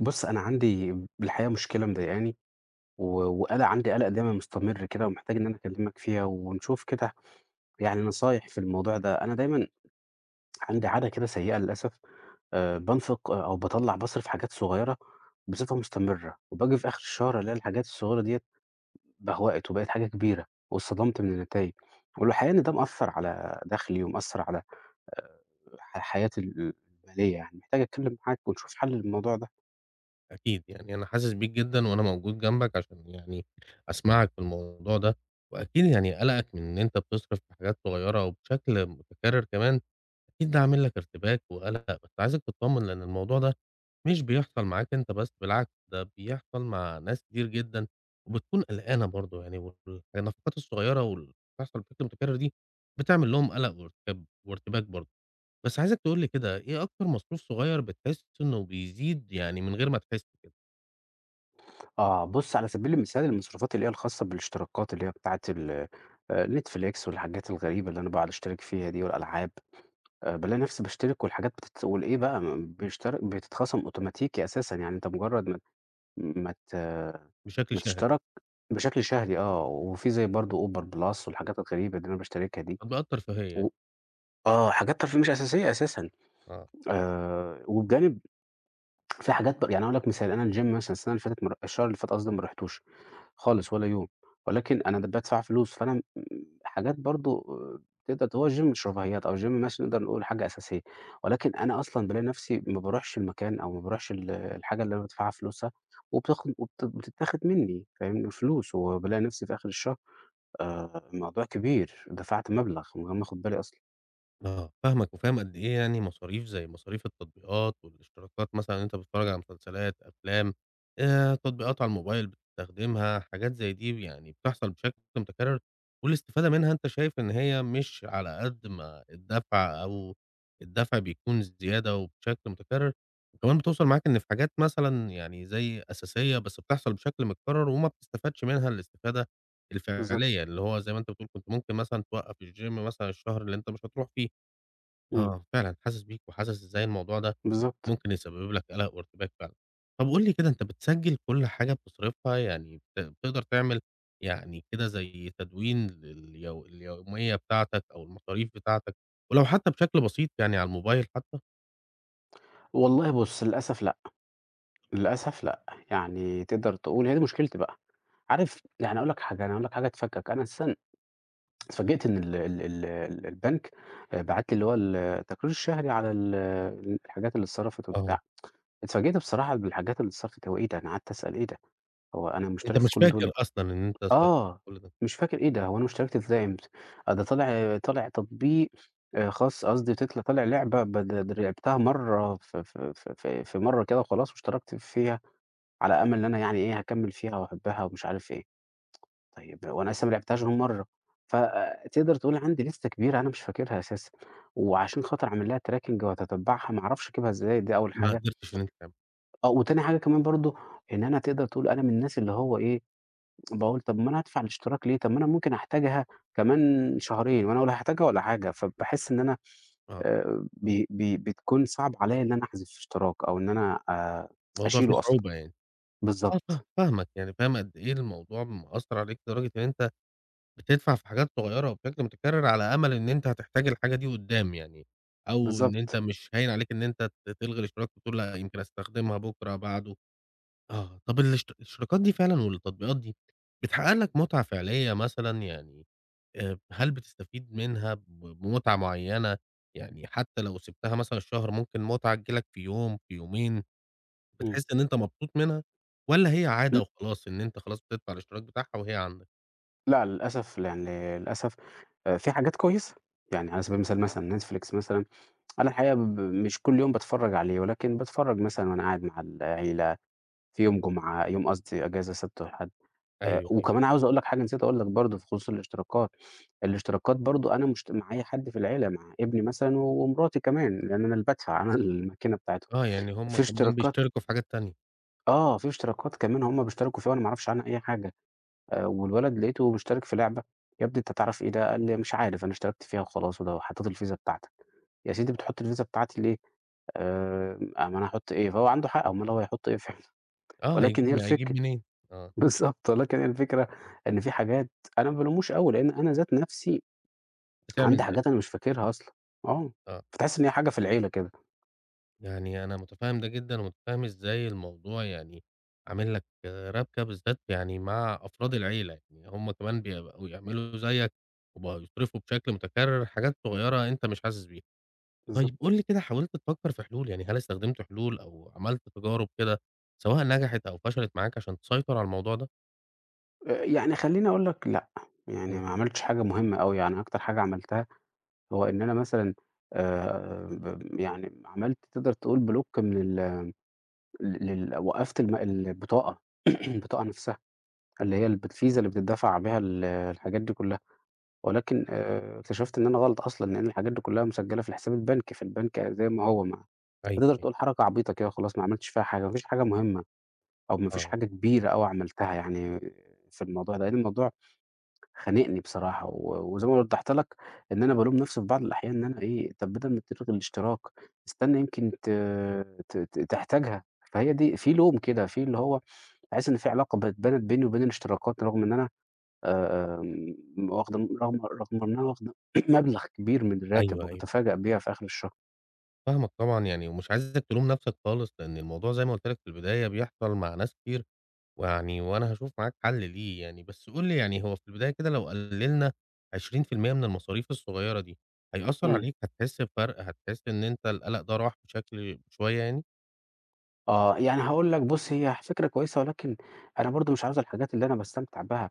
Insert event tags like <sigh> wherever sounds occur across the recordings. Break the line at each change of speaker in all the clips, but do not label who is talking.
بُص، أنا عندي الحقيقة مشكلة مضايقاني و وقلق عندي قلق دايمًا مستمر كده ومحتاج إن أنا أكلمك فيها ونشوف كده يعني نصايح في الموضوع ده. أنا دايمًا عندي عادة كده سيئة للأسف بانفق أو باطلّع باصرف حاجات صغيرة بصفة مستمرة، وباجي في آخر الشهر ألاقي الحاجات الصغيرة ديّة بهوأت وبقت حاجة كبيرة، واتصدمت من النتايج. والحقيقة إن ده مأثّر على دخلي ومأثّر على آآ ح حياتي المالية يعني. محتاج أتكلم معاك ونشوف حل للموضوع ده.
أكيد، يعني أنا حاسس بيك جدًا وأنا موجود جنبك عشان يعني أسمعك في الموضوع ده، وأكيد يعني قلقك من إن أنت بتصرف في حاجات صغيرة وبشكل متكرر كمان، أكيد ده عامل لك ارتباك وقلق. بس عايزك تتطمن، لأن الموضوع ده مش بيحصل معاك أنت بس، بالعكس ده بيحصل مع ناس كتير جدًا وبتكون قلقانة برضه يعني، والنفقات الصغيرة واللي بتحصل بشكل متكرر دي بتعمل لهم قلق وارتكاب وارتباك برضه. بس عايزك تقول لي كده، إيه أكتر مصروف صغير بتحس إنه بيزيد، يعني من غير ما تحس كده،
آه، بُص على سبيل المثال المصروفات اللي هي الخاصة بالاشتراكات اللي هي بتاعة ال Netflix والحاجات الغريبة اللي أنا باقعد أشترك فيها دي والألعاب، بالاقي نفسي باشترك والحاجات بتت والإيه بقى بيشترك بتتخصم أوتوماتيكي أساسًا، يعني أنت مجرد ما ت
بشكل
ما
شهري؟
تشترك بشكل شهري آه، وفي زي برضه Uber Plus والحاجات الغريبة اللي أنا باشتركها دي
بيأثّر فيّا يعني؟
و آه، حاجات ترفيه مش أساسية أساسًا،
آه.
وبجانب في حاجات يعني هاقول لك مثال، أنا الgym مثلًا السنة اللي فاتت ما ر الشهر اللي فات قصدي ما رُحتوش خالص ولا يوم، ولكن أنا بادفع فلوس، فأنا م حاجات برضه تقدر هو الgym مش رفاهيات، أو الgym مثلًا نقدر نقول حاجة أساسية، ولكن أنا أصلًا بالاقي نفسي ما باروحش المكان، أو ما باروحش الحاجة اللي أنا بادفعها فلوسها، وبتاخد وبت بتتاخد مني فاهمني، الفلوس، وبالاقي نفسي في آخر الشهر الموضوع كبير، دفعت مبلغ من غير ما آخد بالي أصلًا.
آه، فاهمك، وفاهم قد إيه يعني مصاريف زي مصاريف التطبيقات والاشتراكات، مثلًا إن أنت بتتفرّج على مسلسلات، أفلام، تطبيقات على الموبايل بتستخدمها، حاجات زي دي يعني بتحصل بشكل متكرر، والاستفادة منها أنت شايف إن هي مش على قد ما الدفع، أو الدفع بيكون زيادة وبشكل متكرر، وكمان بتوصل معاك إن في حاجات مثلًا يعني زي أساسية بس بتحصل بشكل متكرر وما بتستفادش منها الاستفادة
بالضبط،
الفعلية، اللي هو زي ما أنت بتقول كنت ممكن مثلًا توقّف الgym مثلًا الشهر اللي أنت مش هتروح فيه.
إمم،
آه، فعلًا حاسس بيك، وحاسس إزاي الموضوع ده
بالضبط.
ممكن يسبب لك قلق وارتباك فعلًا. طب قُل لي كده، أنت بتسجّل كل حاجة بتصرفها؟ يعني بتقدر تعمل يعني كده زي تدوين لليو اليومية بتاعتك أو المصاريف بتاعتك، ولو حتى بشكل بسيط يعني على الموبايل حتى؟
والله بُص للأسف لأ. للأسف لأ، يعني تقدر تقول هي دي مشكلتي بقى، عارف يعني أقول لك حاجة، أنا هاقول لك حاجة تفكّك، أنا أساسًا اتفاجئت إن ال ال ال ال البنك بعت لي اللي هو التقرير الشهري على الحاجات اللي اتصرفت
آه،
وبتاع، اتفاجئت بصراحة بالحاجات اللي اتصرفت، هو إيه ده؟ أنا قعدت أسأل إيه ده؟ هو أنا
أنت
مشترك في
مش
كل دول؟
فاكر أصلًا إن أنت
آه،
كل ده،
مش فاكر إيه ده، هو أنا اشتركت إزاي إمتى؟ آه ده طالع تطبيق خاص قصدي تطل طالع لعبة ب د د لعبتها مرّة في في في في في مرّة كده وخلاص واشتركت فيها. على أمل إن أنا يعني إيه، هاكمّل فيها وأحبها ومش عارف إيه. طيب وأنا لسه ما لعبتهاش غير مرّة، فتقدر تقول عندي لِستة كبيرة أنا مش فاكرها أساسًا، وعشان خاطر أعمل لها tracking وأتتبّعها ما أعرفش أجيبها إزاي، دي أول
ما
حاجة.
قدرتش إن أنت تعمله،
آه، وتاني حاجة كمان برضه إن أنا تقدر تقول أنا من الناس اللي هو إيه، باقول طب ما أنا هادفع الاشتراك ليه، طب ما أنا ممكن أحتاجها كمان شهرين وأنا ولا هاحتاجها ولا حاجة، فباحس إن أنا
آه،
بي بي بتكون صعب عليّا إن أنا أحذف اشتراك أو إن أنا
الموضوع فيه
أشيله أصلًا.
صعوبة يعني. آه، فاه
بالضبط،
فاهمك، يعني فاهم قد إيه الموضوع مأثّر عليك، لدرجة إن أنت بتدفع في حاجات صغيرة وبشكل متكرر على أمل إن أنت هتحتاج الحاجة دي قدّام يعني، أو إن أنت
بالضبط.
مش هاين عليك إن أنت تلغي الاشتراك وتقول لأ يمكن أستخدمها بُكرة، بعده. آه، طب الاشتراكات دي فعلًا والتطبيقات دي بتحقق لك متعة فعلية مثلًا يعني؟ هل بتستفيد منها بمتعة معينة؟ يعني حتى لو سِبتها مثلًا شهر ممكن متعة تيجي لك في يوم، في يومين،
إمم.
بتحس إن أنت مبسوط منها، والّا هي عادة وخلاص، إن أنت خلاص بتدفع الاشتراك بتاعها وهي عندك؟
لأ، للأسف يعني للأسف في حاجات كويسة، يعني على سبيل المثال مثلًا Netflix مثلًا، أنا الحقيقة مش كل يوم باتفرّج عليه، ولكن باتفرّج مثلًا وأنا قاعد مع العيلة في يوم جمعة، يوم قصدي إجازة سبت وحد،
أيوه، أيوه.
وكمان عاوز أقول لك حاجة نسيت أقول لك برضه بخصوص الاشتراكات، الاشتراكات برضه أنا مشت معايا حد في العيلة، مع ابني مثلًا ومراتي كمان، لأن أنا اللي بادفع <laughs> أنا الماكينة بتاعتهم،
آه، يعني هم
في
كمان
اشتراكات
بيشتركوا في حاجات تانية.
آه، في اشتراكات كمان هُم بيشتركوا فيها وأنا ما أعرفش عنها أي حاجة. والولد لقيته مشترك في لعبة، "يا ابني أنت تعرف إيه ده؟" قال لي: "مش عارف أنا اشتركت فيها وخلاص وده وحطيت الفيزا بتاعتك." يا سيدي بتحط الفيزا بتاعتي ليه؟ ما أنا هاحط إيه؟ فهو عنده حق أومال هو هيحط إيه فعلًا. <laughs>
آه،
ولكن
هيجيب
هي
م هيجيب
الفك
منين؟ آه،
<laughs> بالضبط، ولكن هي الفكرة إن في حاجات أنا ما بالوموش أوي، لإن أنا ذات نفسي
هتعمل
عندي
زيه.
حاجات أنا مش فاكرها أصلًا. آه،
آه،
فتحس إن هي حاجة في العيلة كده.
يعني أنا متفهم ده جدًا، ومتفهم إزاي الموضوع يعني عامل لك ربكة، بالذات يعني مع أفراد العيلة، يعني هم كمان بيبقوا يعملوا زيك، وبقوا يصرفوا بشكل متكرر حاجات صغيرة أنت مش حاسس بيها. طيب
بالضبط.
قُل لي كده، حاولت تفكر في حلول؟ يعني هل استخدمت حلول أو عملت تجارب كده، سواء نجحت أو فشلت معاك، عشان تسيطر على الموضوع ده؟
يعني خلّيني أقول لك لأ، يعني
إمم،
ما عملتش حاجة مهمة أوي، يعني أكتر حاجة عملتها هو إن أنا مثلًا ب يعني عملت تقدر تقول بلوك من ال لل وقّفت البطاقة، <clears throat> البطاقة نفسها اللي هي الفيزا اللي بتدفع بيها الحاجات دي كلّها، ولكن اكتشفت إن أنا غلط أصلًا، لإن الحاجات دي كلّها مسجّلة في الحساب البنكي، فالبنك زي ما هو ما
أيوه،
فتقدر
أيوه،
تقول حركة عبيطة كده وخلاص ما عملتش فيها حاجة، ما فيش حاجة مهمة أو ما فيش
آه،
حاجة كبيرة أوي عملتها يعني في الموضوع ده، لإن الموضوع خانقني بصراحة، وزي ما وضّحت لك إن أنا بالوم نَفْسي في بعض الأحيان إن أنا إيه، طَب بدل ما تلغي الاشتراك، استنى يمكن ت ت ت تحتاجها، فهي دي في لوم كده، في اللي هو باحس إن في علاقة بقت بَنَت بيني وبين الاشتراكات رغم إن أنا آمم واخد رغم رغم إن أنا واخد <clears throat> مبلغ كبير من الراتب
أيوه، أيوه.
وباتفاجأ بيها في آخر الشهر.
فاهمك طبعًا يعني، ومش عايزك تلوم نفسك خالص، لأن الموضوع زي ما قُلت لك في البداية بيحصل مع ناس كتير، ويعني وأنا هاشوف معاك حل ليه يعني. بس قُل لي يعني، هو في البداية كده لو قللنا 20% من المصاريف الصغيرة دي، هيأثّر
إمم.
عليك؟ هتحس بفرق؟ هتحس إن أنت القلق ده راح بشكل شوية يعني؟
آه، يعني هاقول لك بُص هي فكرة كويسة ولكن أنا برضه مش عاوز الحاجات اللي أنا باستمتع بها.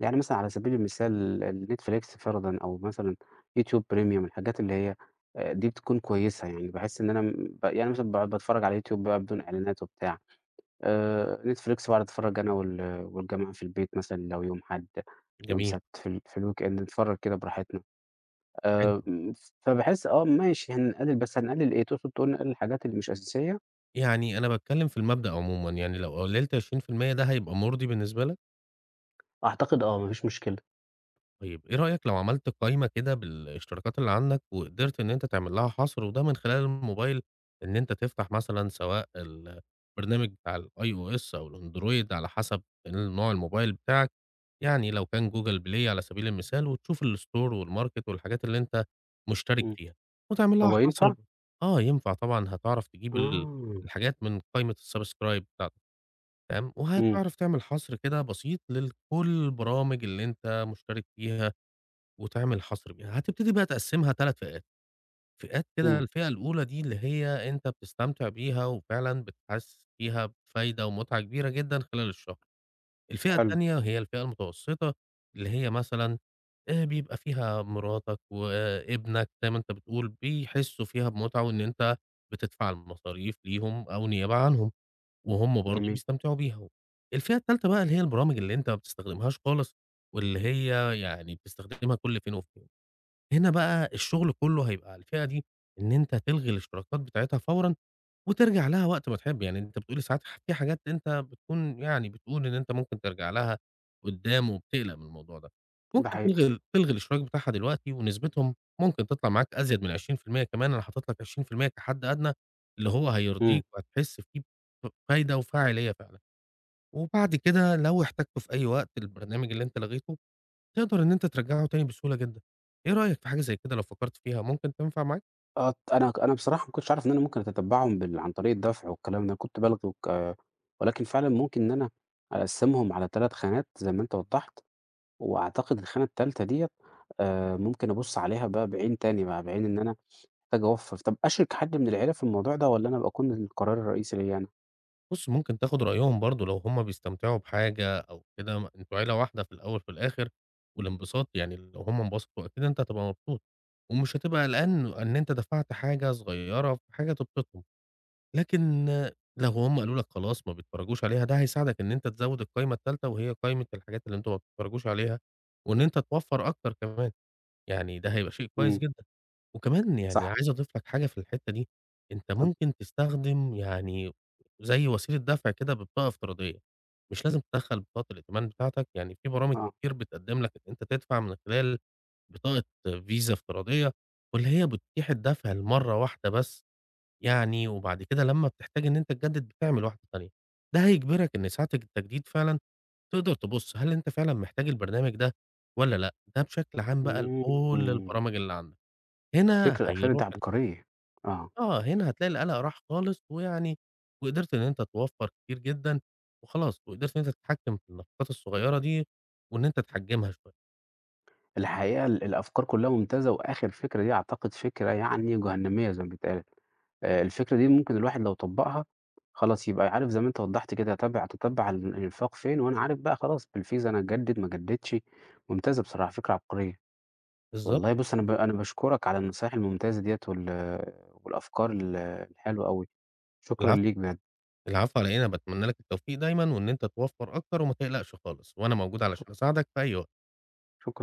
يعني مثلًا على سبيل المثال الNetflix فرضًا أو مثلًا YouTube Premium الحاجات اللي هي دي بتكون كويسة يعني، باحس إن أنا يعني مثلًا باقعد باتفرّج على YouTube بقى بدون إعلانات وبتاع، Netflix باقعد أتفرّج أنا والجماعة في البيت مثلًا لو يوم حد، يوم
جميل.
سبت في الweekend نتفرّج كده براحتنا، آآ
حلو.
فباحس آه ماشي هنقلل بس هنقلل إيه، تقصد تقول نقلل الحاجات اللي مش أساسية؟
يعني أنا باتكلم في المبدأ عمومًا، يعني لو قللت 20% ده هيبقى مُرضي بالنسبة لك؟
أعتقد آه ما فيش مشكلة،
طيب إيه رأيك لو عملت قايمة كده بالاشتراكات اللي عندك، وقدرت إن أنت تعمل لها حصر، وده من خلال الموبايل، إن أنت تفتح مثلًا سواء البرنامج بتاع الiOS أو اس او الأندرويد، على حسب ال نوع الموبايل بتاعك، يعني لو كان جوجل بلاي على سبيل المثال، وتشوف الstore والmarket والحاجات اللي أنت مشترك
إمم،
فيها، وتعمل لها
هو
حصر
ينفع؟
آه، ينفع طبعًا. هتعرف تجيب ال
آه،
الحاجات من قايمة الsubscribe بتاعتك، تمام؟
إمم،
وهتعرف تعمل حصر كده بسيط لل كل البرامج اللي أنت مشترك فيها وتعمل حصر بيها. هتبتدي بقى تقسّمها 3 فئات. فئات كده،
إمم،
الفئة الأولى دي اللي هي أنت بتستمتع بيها وفعلًا بتحس فيها بفايدة ومتعة كبيرة جدًا خلال الشهر. الفئة
حلو،
التانية هي الفئة المتوسطة، اللي هي مثلًا بيبقى فيها مراتك وابنك زي ما أنت بتقول، بيحسّوا فيها بمتعة، وإن أنت بتدفع المصاريف ليهم أو نيابة عنهم، وهُم برضه
جميل،
بيستمتعوا بيها. الفئة التالتة بقى اللي هي البرامج اللي أنت ما بتستخدمهاش خالص، واللي هي يعني بتستخدمها كل فين وفين. هنا بقى الشغل كله هيبقى على الفئة دي، إن أنت تلغي الاشتراكات بتاعتها فورًا وترجع لها وقت ما تحب. يعني أنت بتقول لي ساعات في حاجات أنت بتكون يعني بتقول إن أنت ممكن ترجع لها قدّام وبتقلق من الموضوع ده،
ده
ممكن
حقيقة،
تلغي الاشتراك بتاعها دلوقتي، ونسبتهم ممكن تطلع معاك أزيد من 20% كمان. أنا حاطط لك 20% كحد أدنى اللي هو
إمم.
هيرضيك وهتحس فيه بف فايدة وفاعلية فعلًا، وبعد كده لو احتاجته في أي وقت البرنامج اللي أنت لغيته، تقدر إن أنت ترجّعه تاني بسهولة جدًا. إيه رأيك في حاجة زي كده؟ لو فكّرت فيها ممكن تنفع معاك؟
آه، أنا بصراحة ما كنتش عارف إن أنا ممكن أتتبّعهم عن طريق الدفع والكلام ده، كنت بالغ وك آه، ولكن فعلًا ممكن إن أنا أقسّمهم على 3 خانات زي ما أنت وضّحت، وأعتقد الخانة التالتة ديّة ممكن أبُص عليها بقى بعين تاني بقى، بعين إن أنا محتاج أوفّر. طَب أشرِك حد من العيلة في الموضوع ده والّا أنا أبقى أكون القرار الرئيسي ليّا أنا؟
بُص، ممكن تاخُد رأيهم برضه لو هم بيستمتعوا بحاجة أو كده، م أنتم عيلة واحدة في الأول وفي الآخر، والانبساط يعني لو هم انبسطوا أكيد أنت هتبقى مبسوط، ومش هتبقى قلقان إن أنت دفعت حاجة صغيّرة في حاجة تبسطهم. لكن آه، لو هم قالوا لك خلاص ما بيتفرّجوش عليها، ده هيساعدك إن أنت تزوّد القايمة التالتة، وهي قايمة الحاجات اللي أنتم ما بتتفرّجوش عليها، وإن أنت توفّر أكتر كمان. يعني ده هيبقى شيء كويس
إمم،
جدًا. وكمان يعني
صح.
عايز أضيف لك حاجة في الحتّة دي. أنت
طَب
ممكن تستخدم يعني زي وسيلة دفع كده ببطاقة افتراضية، مش لازم تدخّل بطاقة الائتمان بتاعتك. يعني في برامج
آه،
كتير بتقدّم لك إن أنت تدفع من خلال بطاقة فيزا افتراضية، واللي هي بتتيح الدفع لمَرّة واحدة بس يعني، وبعد كده لمّا بتحتاج إن أنت تجدد بتعمل واحدة تانية. ده هيجبرك إن ساعة التجديد فعلًا تقدر تبُص هل أنت فعلًا محتاج البرنامج ده والّا لأ، ده بشكل عام بقى لكل
إمم،
البرامج اللي عندك. هنا
الفكرة الأخيرة دي
هيروح
عبقرية. آه،
آه، هنا هتلاقي القلق راح خالص، ويعني وقدرت إن أنت توفّر كتير جدًا وخلاص، وقدرت إن أنت تتحكّم في النفقات الصغيّرة دي، وإن أنت تحجّمها شوية.
الحقيقة الأفكار كلّها ممتازة، وآخر فكرة دي أعتقد فكرة يعني جهنمية زي ما بيتقال. الفكرة دي ممكن الواحد لو طبّقها، خلاص يبقى عارف زي ما أنت وضّحت كده أتتبّع الإنفاق فين، وأنا عارف بقى خلاص بالفيزا أنا أجدد ما أجددش، ممتازة بصراحة فكرة عبقرية.
بالضبط.
والله بُص أنا باشكرك على النصايح الممتازة ديّة والأفكار الحلوة أوي، شكرًا
العفو.
ليك بجد،
العفو على إيه، أنا باتمنى لك التوفيق دايمًا وإن أنت توفّر أكتر وما تقلقش خالص، وأنا موجود
شك
علشان أساعدك في أي وقت.
شكرًا.